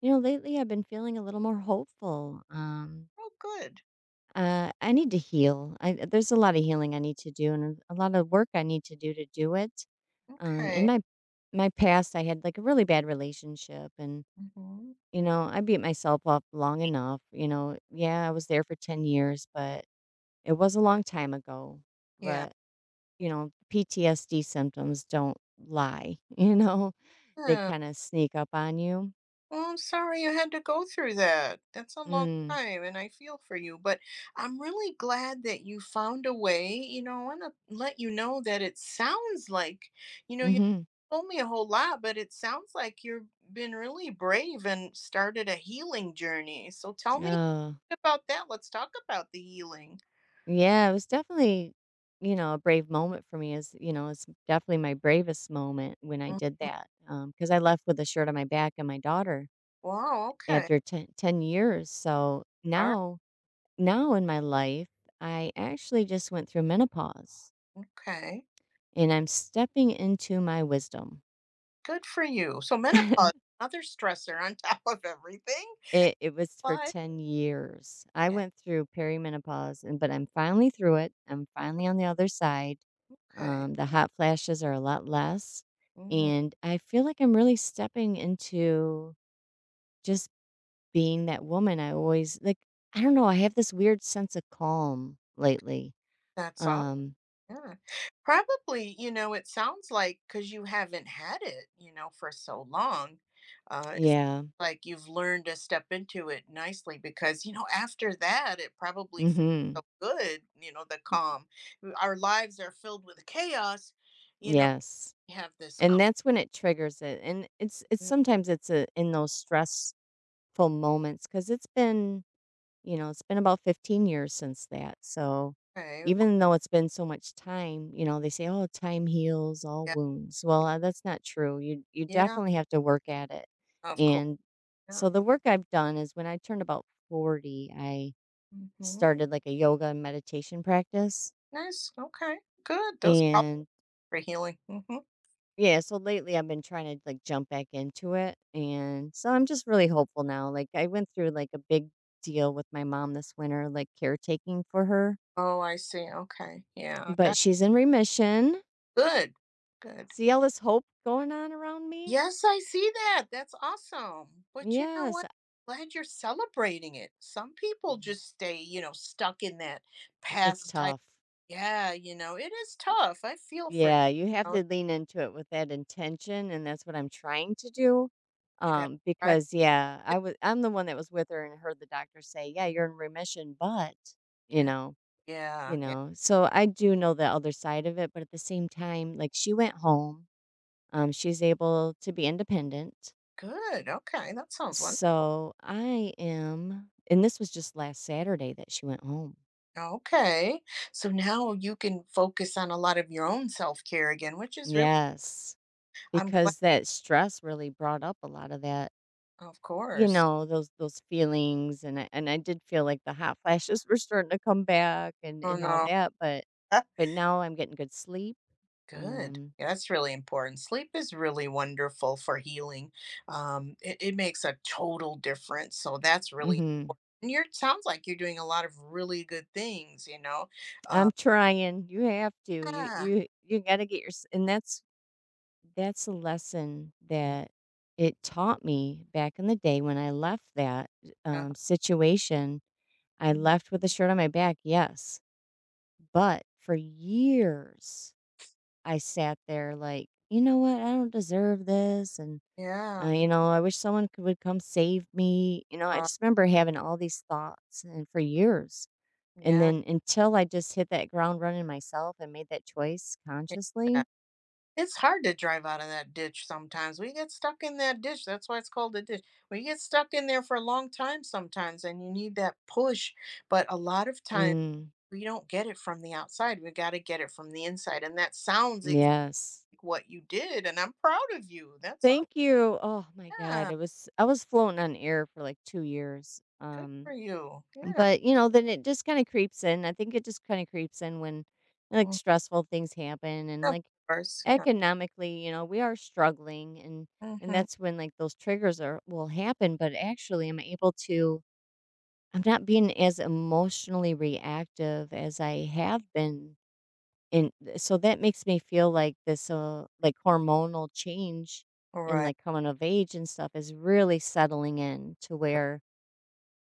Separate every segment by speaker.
Speaker 1: You know, lately I've been feeling a little more hopeful.
Speaker 2: Oh, good.
Speaker 1: I need to heal. There's a lot of healing I need to do, and a lot of work I need to do it. In
Speaker 2: Okay.
Speaker 1: my past, I had like a really bad relationship, and
Speaker 2: hmm
Speaker 1: I beat myself up long enough. You know, yeah, I was there for 10 years, but it was a long time ago.
Speaker 2: Yeah.
Speaker 1: But PTSD symptoms don't lie. They
Speaker 2: Yeah.
Speaker 1: kind of sneak up on you.
Speaker 2: Well, I'm sorry you had to go through that. That's a long
Speaker 1: Mm,
Speaker 2: time, and I feel for you. But I'm really glad that you found a way. I want to let you know that it sounds like, you
Speaker 1: mm-hmm.
Speaker 2: told me a whole lot, but it sounds like you've been really brave and started a healing journey. So tell me
Speaker 1: uh,
Speaker 2: about that. Let's talk about the healing.
Speaker 1: Yeah, it was definitely, a brave moment for me. It's definitely my bravest moment when I did
Speaker 2: Mhm.
Speaker 1: that, because I left with a shirt on my back and my daughter
Speaker 2: Wow. Okay.
Speaker 1: after 10 years. So
Speaker 2: All right.
Speaker 1: now in my life, I actually just went through menopause
Speaker 2: Okay.
Speaker 1: and I'm stepping into my wisdom.
Speaker 2: Good for you. So menopause, another stressor on top of everything,
Speaker 1: It was for
Speaker 2: but
Speaker 1: 10 years. I
Speaker 2: yeah,
Speaker 1: went through perimenopause, and but I'm finally through it. I'm finally on the other side.
Speaker 2: okay.
Speaker 1: The hot flashes are a lot less,
Speaker 2: Mhm.
Speaker 1: and I feel like I'm really stepping into just being that woman I always I don't know, I have this weird sense of calm lately.
Speaker 2: That's aw
Speaker 1: Um,
Speaker 2: yeah. Probably, it sounds like because you haven't had it, for so long, it's
Speaker 1: yeah.
Speaker 2: like you've learned to step into it nicely because, after that, it probably feels
Speaker 1: Mhm.
Speaker 2: so good, the calm. W Our lives are filled with chaos, you know,
Speaker 1: Yes.
Speaker 2: we have this calm.
Speaker 1: And that's when it triggers it, and it's sometimes a in those stressful moments because 'cause it's been You know, it's been about 15 years since that, so
Speaker 2: Okay, oh,
Speaker 1: even though it's been so much time, you know, they say, "Oh, time heals all
Speaker 2: yeah,
Speaker 1: wounds." Well, that's not true. You
Speaker 2: yeah,
Speaker 1: definitely have to work at it,
Speaker 2: of course,
Speaker 1: and
Speaker 2: yeah,
Speaker 1: so the work I've done is when I turned about 40, I
Speaker 2: mhm.
Speaker 1: started, like, a yoga and meditation practice,
Speaker 2: Nice. Okay. Good. Those are all
Speaker 1: and
Speaker 2: for healing.
Speaker 1: yeah, so lately I've been trying to, like, jump back into it, and so I'm just really hopeful now. Like, I went through, like, a big deal with my mom this winter, like, caretaking for her.
Speaker 2: Oh, I see. Okay. Yeah.
Speaker 1: But
Speaker 2: That's
Speaker 1: she's in remission.
Speaker 2: good. Good.
Speaker 1: See all this hope going on around me?
Speaker 2: Yes, I see that. That's awesome. But you know
Speaker 1: Yes.
Speaker 2: what? Glad you're celebrating it. Some people
Speaker 1: Ye
Speaker 2: just stay, you know, stuck in that
Speaker 1: It's
Speaker 2: past type.
Speaker 1: tough.
Speaker 2: Yeah, you know, it is tough. I feel for you.
Speaker 1: Yeah, you have
Speaker 2: You know,
Speaker 1: to lean into it with that intention, and that's what I'm trying to do,
Speaker 2: you gotta try it.
Speaker 1: because, yeah, I'm the one that was with her and heard the doctor say, "Yeah, you're in remission, but" you
Speaker 2: Yeah.
Speaker 1: know you
Speaker 2: Yeah. Yeah.
Speaker 1: know, so I do know the other side of it, but at the same time, like, she went home, she's able to be independent.
Speaker 2: Good. Okay. That sounds wonderful.
Speaker 1: So I am and this was just last Saturday that she went home.
Speaker 2: Okay. So now you can focus on a lot of your own self care again, which is really
Speaker 1: Yes,
Speaker 2: I'm glad.
Speaker 1: because that stress really brought up a lot of that,
Speaker 2: Of
Speaker 1: you
Speaker 2: course.
Speaker 1: know, those feelings, and I did feel like the hot flashes were starting to come back
Speaker 2: Oh,
Speaker 1: and all
Speaker 2: no.
Speaker 1: that,
Speaker 2: That's
Speaker 1: but now I'm getting good sleep.
Speaker 2: good.
Speaker 1: Um,
Speaker 2: Yeah, that's really important. Sleep is really wonderful for healing. It, it makes a total difference. So that's really,
Speaker 1: mhm.
Speaker 2: and you're, sounds like you're doing a lot of really good things, you know? Uh,
Speaker 1: I'm trying. You have to. You
Speaker 2: yeah.
Speaker 1: you you got to get your and that's a lesson that it taught me back in the day when I left that,
Speaker 2: uh,
Speaker 1: situation. I
Speaker 2: Mhm.
Speaker 1: left with a shirt on my back, yes, but for years, I sat there like, "You know what? I don't deserve this," and,
Speaker 2: Yeah,
Speaker 1: you know, "I wish someone could would come save me," you know, I
Speaker 2: right.
Speaker 1: just remember having all these thoughts and for years, and
Speaker 2: Yeah,
Speaker 1: then until I just hit that ground running myself and made that choice
Speaker 2: I get
Speaker 1: consciously.
Speaker 2: that. It's hard to drive out of that ditch sometimes. We get stuck in that ditch. That's why it's called a ditch. We get stuck in there for a long time sometimes, and you need that push. But a lot of times,
Speaker 1: Mm,
Speaker 2: we don't get it from the outside, we gotta get it from the inside, and that sounds ex
Speaker 1: yes.
Speaker 2: what you did, and I'm proud of you, that's aw
Speaker 1: Thank you. Oh my god,
Speaker 2: yeah,
Speaker 1: it was I was floating on air for like 2 years.
Speaker 2: good for you, yeah,
Speaker 1: But you know, then it just kinda creeps in. I think it just kinda creeps in when like
Speaker 2: mm,
Speaker 1: stressful things happen, and
Speaker 2: of
Speaker 1: like
Speaker 2: course, yeah,
Speaker 1: economically, you know, we are struggling, and
Speaker 2: mhm,
Speaker 1: that's when like those triggers are will happen, but actually I'm able to I'm not being as emotionally reactive as I have been, and, th so that makes me feel like this, like, hormonal change, and,
Speaker 2: alright,
Speaker 1: like, coming of age and stuff is really settling in to where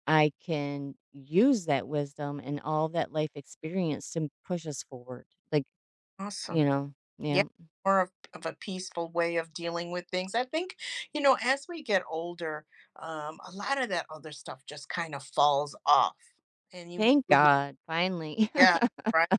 Speaker 1: I can use that wisdom and all that life experience to push us forward, like, you
Speaker 2: awesome,
Speaker 1: know?
Speaker 2: yeah,
Speaker 1: Yeah.
Speaker 2: more of a peaceful way of dealing with things, I think, you know, as we get older, a lot of that other stuff just kinda falls off, and you
Speaker 1: Thank
Speaker 2: you
Speaker 1: God, finally.
Speaker 2: yeah, right,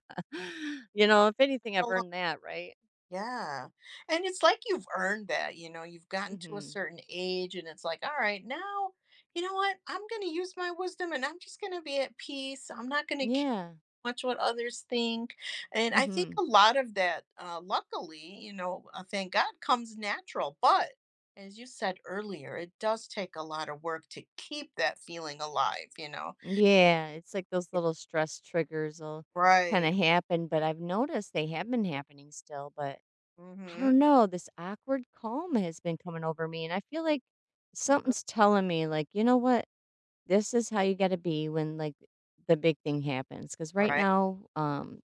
Speaker 1: You know, if anything, I've earned that, right?
Speaker 2: Yeah. And it's like you've earned that, you know, you've gotten to a
Speaker 1: Mhm.
Speaker 2: certain age and it's like, all right, now, you know what? I'm going to use my wisdom and I'm just going to be at peace. I'm not going to care
Speaker 1: Yeah.
Speaker 2: much what others think. And I think
Speaker 1: Mhm.
Speaker 2: a lot of that, luckily, you know, thank God comes natural. But as you said earlier, it does take a lot of work to keep that feeling alive, you know?
Speaker 1: Yeah, it's like those
Speaker 2: Yeah.
Speaker 1: little stress triggers will kinda
Speaker 2: Right.
Speaker 1: happen, but I've noticed they have been happening still, but I
Speaker 2: Mm-hmm.
Speaker 1: don't know, this awkward calm has been coming over me, and I feel like something's telling me, like, you know what? This is how you gotta be when, like, the big thing happens. Because right
Speaker 2: Right.
Speaker 1: now,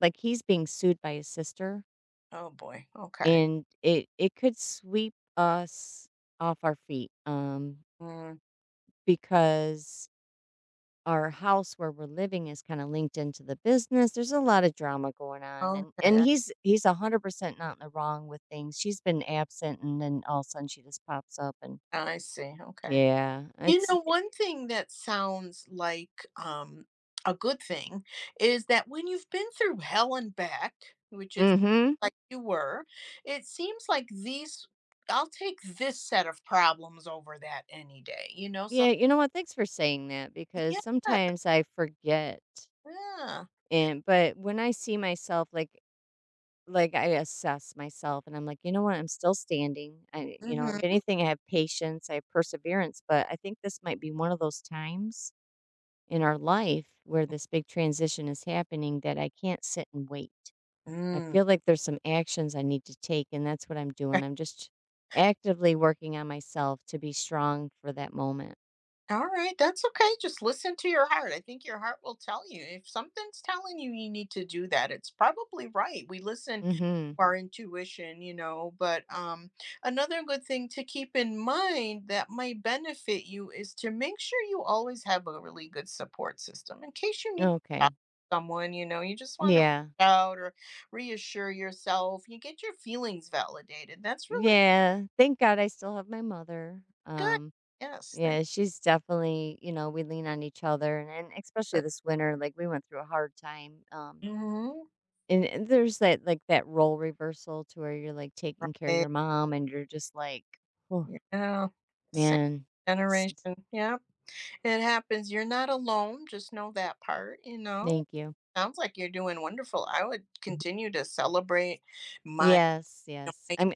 Speaker 1: like, he's being sued by his sister,
Speaker 2: Oh boy. Okay.
Speaker 1: and it could sweep us off our feet,
Speaker 2: Mm.
Speaker 1: because our house where we're living is kind of linked into the business. There's a lot of drama going on, and
Speaker 2: Okay.
Speaker 1: he's 100% not in the wrong with things. She's been absent, and then all of a sudden she just pops up, and
Speaker 2: I see, okay.
Speaker 1: yeah,
Speaker 2: You
Speaker 1: it's
Speaker 2: know, one thing that sounds like, a good thing is that when you've been through hell and back, which is
Speaker 1: mm-hmm.
Speaker 2: like you were, it seems like these I'll take this set of problems over that any day, you know, so
Speaker 1: Yeah, you know what? Thanks for saying that, because
Speaker 2: yeah,
Speaker 1: sometimes I forget,
Speaker 2: yeah.
Speaker 1: and but when I see myself, like I assess myself, and I'm like, you know what? I'm still standing. You know, if
Speaker 2: Mhm.
Speaker 1: anything, I have patience, I have perseverance, but I think this might be one of those times in our life where this big transition is happening that I can't sit and wait. I
Speaker 2: Mm.
Speaker 1: feel like there's some actions I need to take, and that's what I'm doing. I'm just actively working on myself to be strong for that moment.
Speaker 2: All right, that's okay. Just listen to your heart. I think your heart will tell you. If something's telling you you need to do that, it's probably right. We listen to
Speaker 1: Mhm.
Speaker 2: our intuition, you know, but another good thing to keep in mind that might benefit you is to make sure you always have a really good support system in case you need to talk
Speaker 1: Okay.
Speaker 2: to someone, you know, you just want to
Speaker 1: Yeah.
Speaker 2: reach out or reassure yourself. You get your feelings validated. That's really
Speaker 1: Yeah. Thank God I still have my mother.
Speaker 2: good.
Speaker 1: Um,
Speaker 2: Yes, thank
Speaker 1: yeah,
Speaker 2: you.
Speaker 1: she's definitely, you know, we lean on each other, and especially this winter like we went through a hard time. Um,
Speaker 2: Mhm.
Speaker 1: and there's that, like, that role reversal to where you're, like, taking care of your mom and you're just like, "Oh,
Speaker 2: Yeah. Same
Speaker 1: man, s s
Speaker 2: generation. Yeah. It happens. You're not alone. Just know that part, you know?
Speaker 1: thank you."
Speaker 2: Sounds like you're doing wonderful. I would continue to celebrate my
Speaker 1: Yes, yes.
Speaker 2: way
Speaker 1: I'm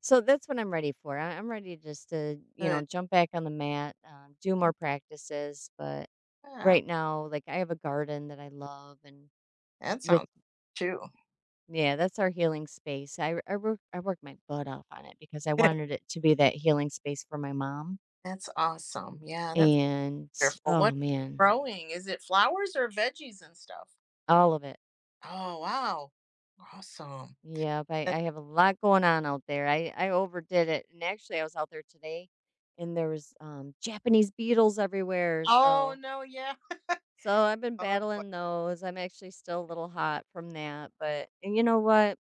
Speaker 1: So that's what I'm ready for. I'm ready just to, you know,
Speaker 2: good.
Speaker 1: jump back on the mat, do more practices, but
Speaker 2: Yeah.
Speaker 1: right now, like, I have a garden that I love and
Speaker 2: That
Speaker 1: with
Speaker 2: sounds too.
Speaker 1: yeah, that's our healing space. I worked my butt off on it because I wanted it to be that healing space for my mom,
Speaker 2: That's awesome. Yeah. That's
Speaker 1: and,
Speaker 2: wonderful.
Speaker 1: oh,
Speaker 2: What
Speaker 1: man,
Speaker 2: growing? Is it flowers or veggies and stuff?
Speaker 1: all of it.
Speaker 2: Oh, wow. Awesome.
Speaker 1: Yep,
Speaker 2: That-
Speaker 1: I have a lot going on out there. I overdid it. And actually I was out there today and there was Japanese beetles everywhere.
Speaker 2: Oh, no. Yeah.
Speaker 1: So I've been
Speaker 2: Oh, boy.
Speaker 1: battling those. I'm actually still a little hot from that, but and you know what?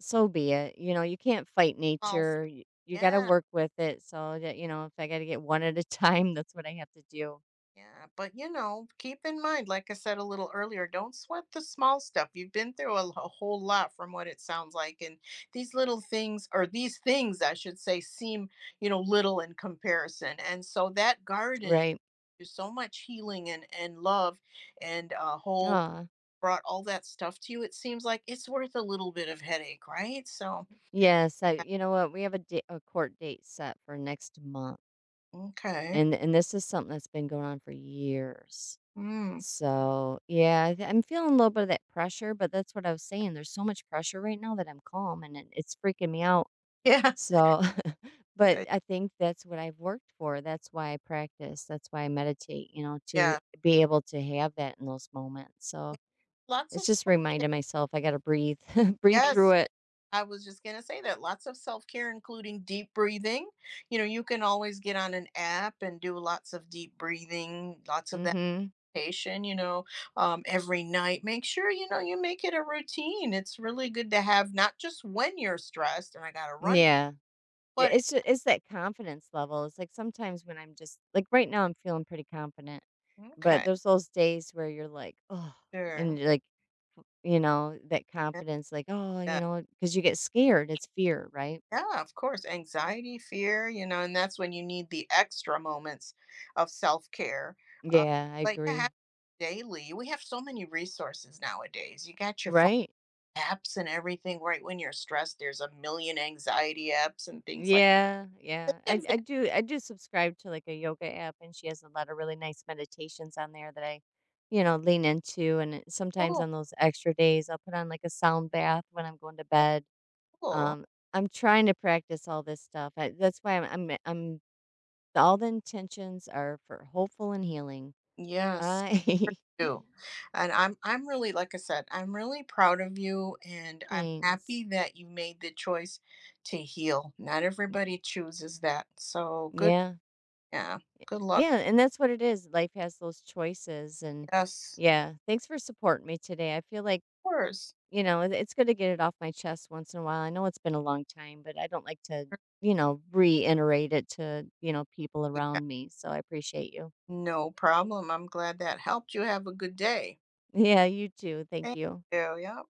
Speaker 1: So be it. You know, you can't fight
Speaker 2: All
Speaker 1: nature.
Speaker 2: stuff.
Speaker 1: You got to
Speaker 2: Yeah.
Speaker 1: work with it. So that you know, if I got to get one at a time, that's what I have to do.
Speaker 2: Yeah, but you know, keep in mind, like I said a little earlier, don't sweat the small stuff. You've been through a whole lot from what it sounds like. And these little things, or these things, I should say, seem, you know, little in comparison. And so that garden
Speaker 1: Right.
Speaker 2: is so much healing and love and hope
Speaker 1: Ah.
Speaker 2: brought all that stuff to you. It seems like it's worth a little bit of headache, right? So,
Speaker 1: Yes,
Speaker 2: uh,
Speaker 1: you know what? We have a, a court date set for next month.
Speaker 2: okay.
Speaker 1: And this is something that's been going on for years.
Speaker 2: Mm.
Speaker 1: So, yeah, I'm feeling a little bit of that pressure, but that's what I was saying. There's so much pressure right now that I'm calm and it's freaking me out.
Speaker 2: Yeah.
Speaker 1: So, but I think that's what I've worked for. That's why I practice. That's why I meditate, you know, to
Speaker 2: Yeah.
Speaker 1: be able to have that in those moments. So,
Speaker 2: Lots
Speaker 1: it's
Speaker 2: of
Speaker 1: just
Speaker 2: stuff.
Speaker 1: reminding myself I got to breathe, breathe through
Speaker 2: Yes.
Speaker 1: it.
Speaker 2: I was just going to say that lots of self care, including deep breathing. You know, you can always get on an app and do lots of deep breathing, lots of that
Speaker 1: Mhm.
Speaker 2: meditation, you know, every night. Make sure, you know, you make it a routine. It's really good to have, not just when you're stressed and I got to run,
Speaker 1: Yeah. Yeah,
Speaker 2: but it,
Speaker 1: it's that confidence level. It's like sometimes when I'm just like right now I'm feeling pretty confident, but
Speaker 2: okay,
Speaker 1: there's those days where you're like, "Oh,"
Speaker 2: sure.
Speaker 1: and you're like, you know, that
Speaker 2: Yeah.
Speaker 1: confidence, like, "Oh," you
Speaker 2: Yeah.
Speaker 1: know, because you get scared. It's fear, right?
Speaker 2: Yeah, of course. Anxiety, fear, you know, and that's when you need the extra moments of self care. Uh,
Speaker 1: Yeah, I
Speaker 2: but yeah,
Speaker 1: agree.
Speaker 2: have daily, we have so many resources nowadays. You got your phone
Speaker 1: Right?
Speaker 2: apps and everything right when you're stressed. There's a million anxiety apps and things like
Speaker 1: Yeah,
Speaker 2: that.
Speaker 1: yeah.
Speaker 2: Get that
Speaker 1: I do subscribe to like a yoga app, and she has a lot of really nice meditations on there that you know, lean into, and it- sometimes
Speaker 2: Cool.
Speaker 1: on those extra days, I'll put on like a sound bath when I'm going to
Speaker 2: get
Speaker 1: bed.
Speaker 2: cool.
Speaker 1: Um, I'm trying to practice all this stuff. That's why I'm all the intentions are for hopeful and healing.
Speaker 2: Yes,
Speaker 1: I
Speaker 2: do. And I'm really like I said, I'm really proud of you and I'm
Speaker 1: thanks.
Speaker 2: happy that you made the choice to heal. Not everybody chooses that. So good.
Speaker 1: Yeah.
Speaker 2: Yeah, good luck.
Speaker 1: Yeah, and that's what it is. Life has those choices and
Speaker 2: Yes,
Speaker 1: yeah, thanks for supporting me today. I feel like,
Speaker 2: of course.
Speaker 1: you know, it's good to get it off my chest once in a while. I know it's been a long time, but I don't like to, you know, reiterate it to, you know, people
Speaker 2: Yeah,
Speaker 1: around me. So I appreciate you.
Speaker 2: no problem. I'm glad that helped you. Have a good day.
Speaker 1: Yeah, you too. Thank
Speaker 2: Thank
Speaker 1: you.
Speaker 2: you. Yeah.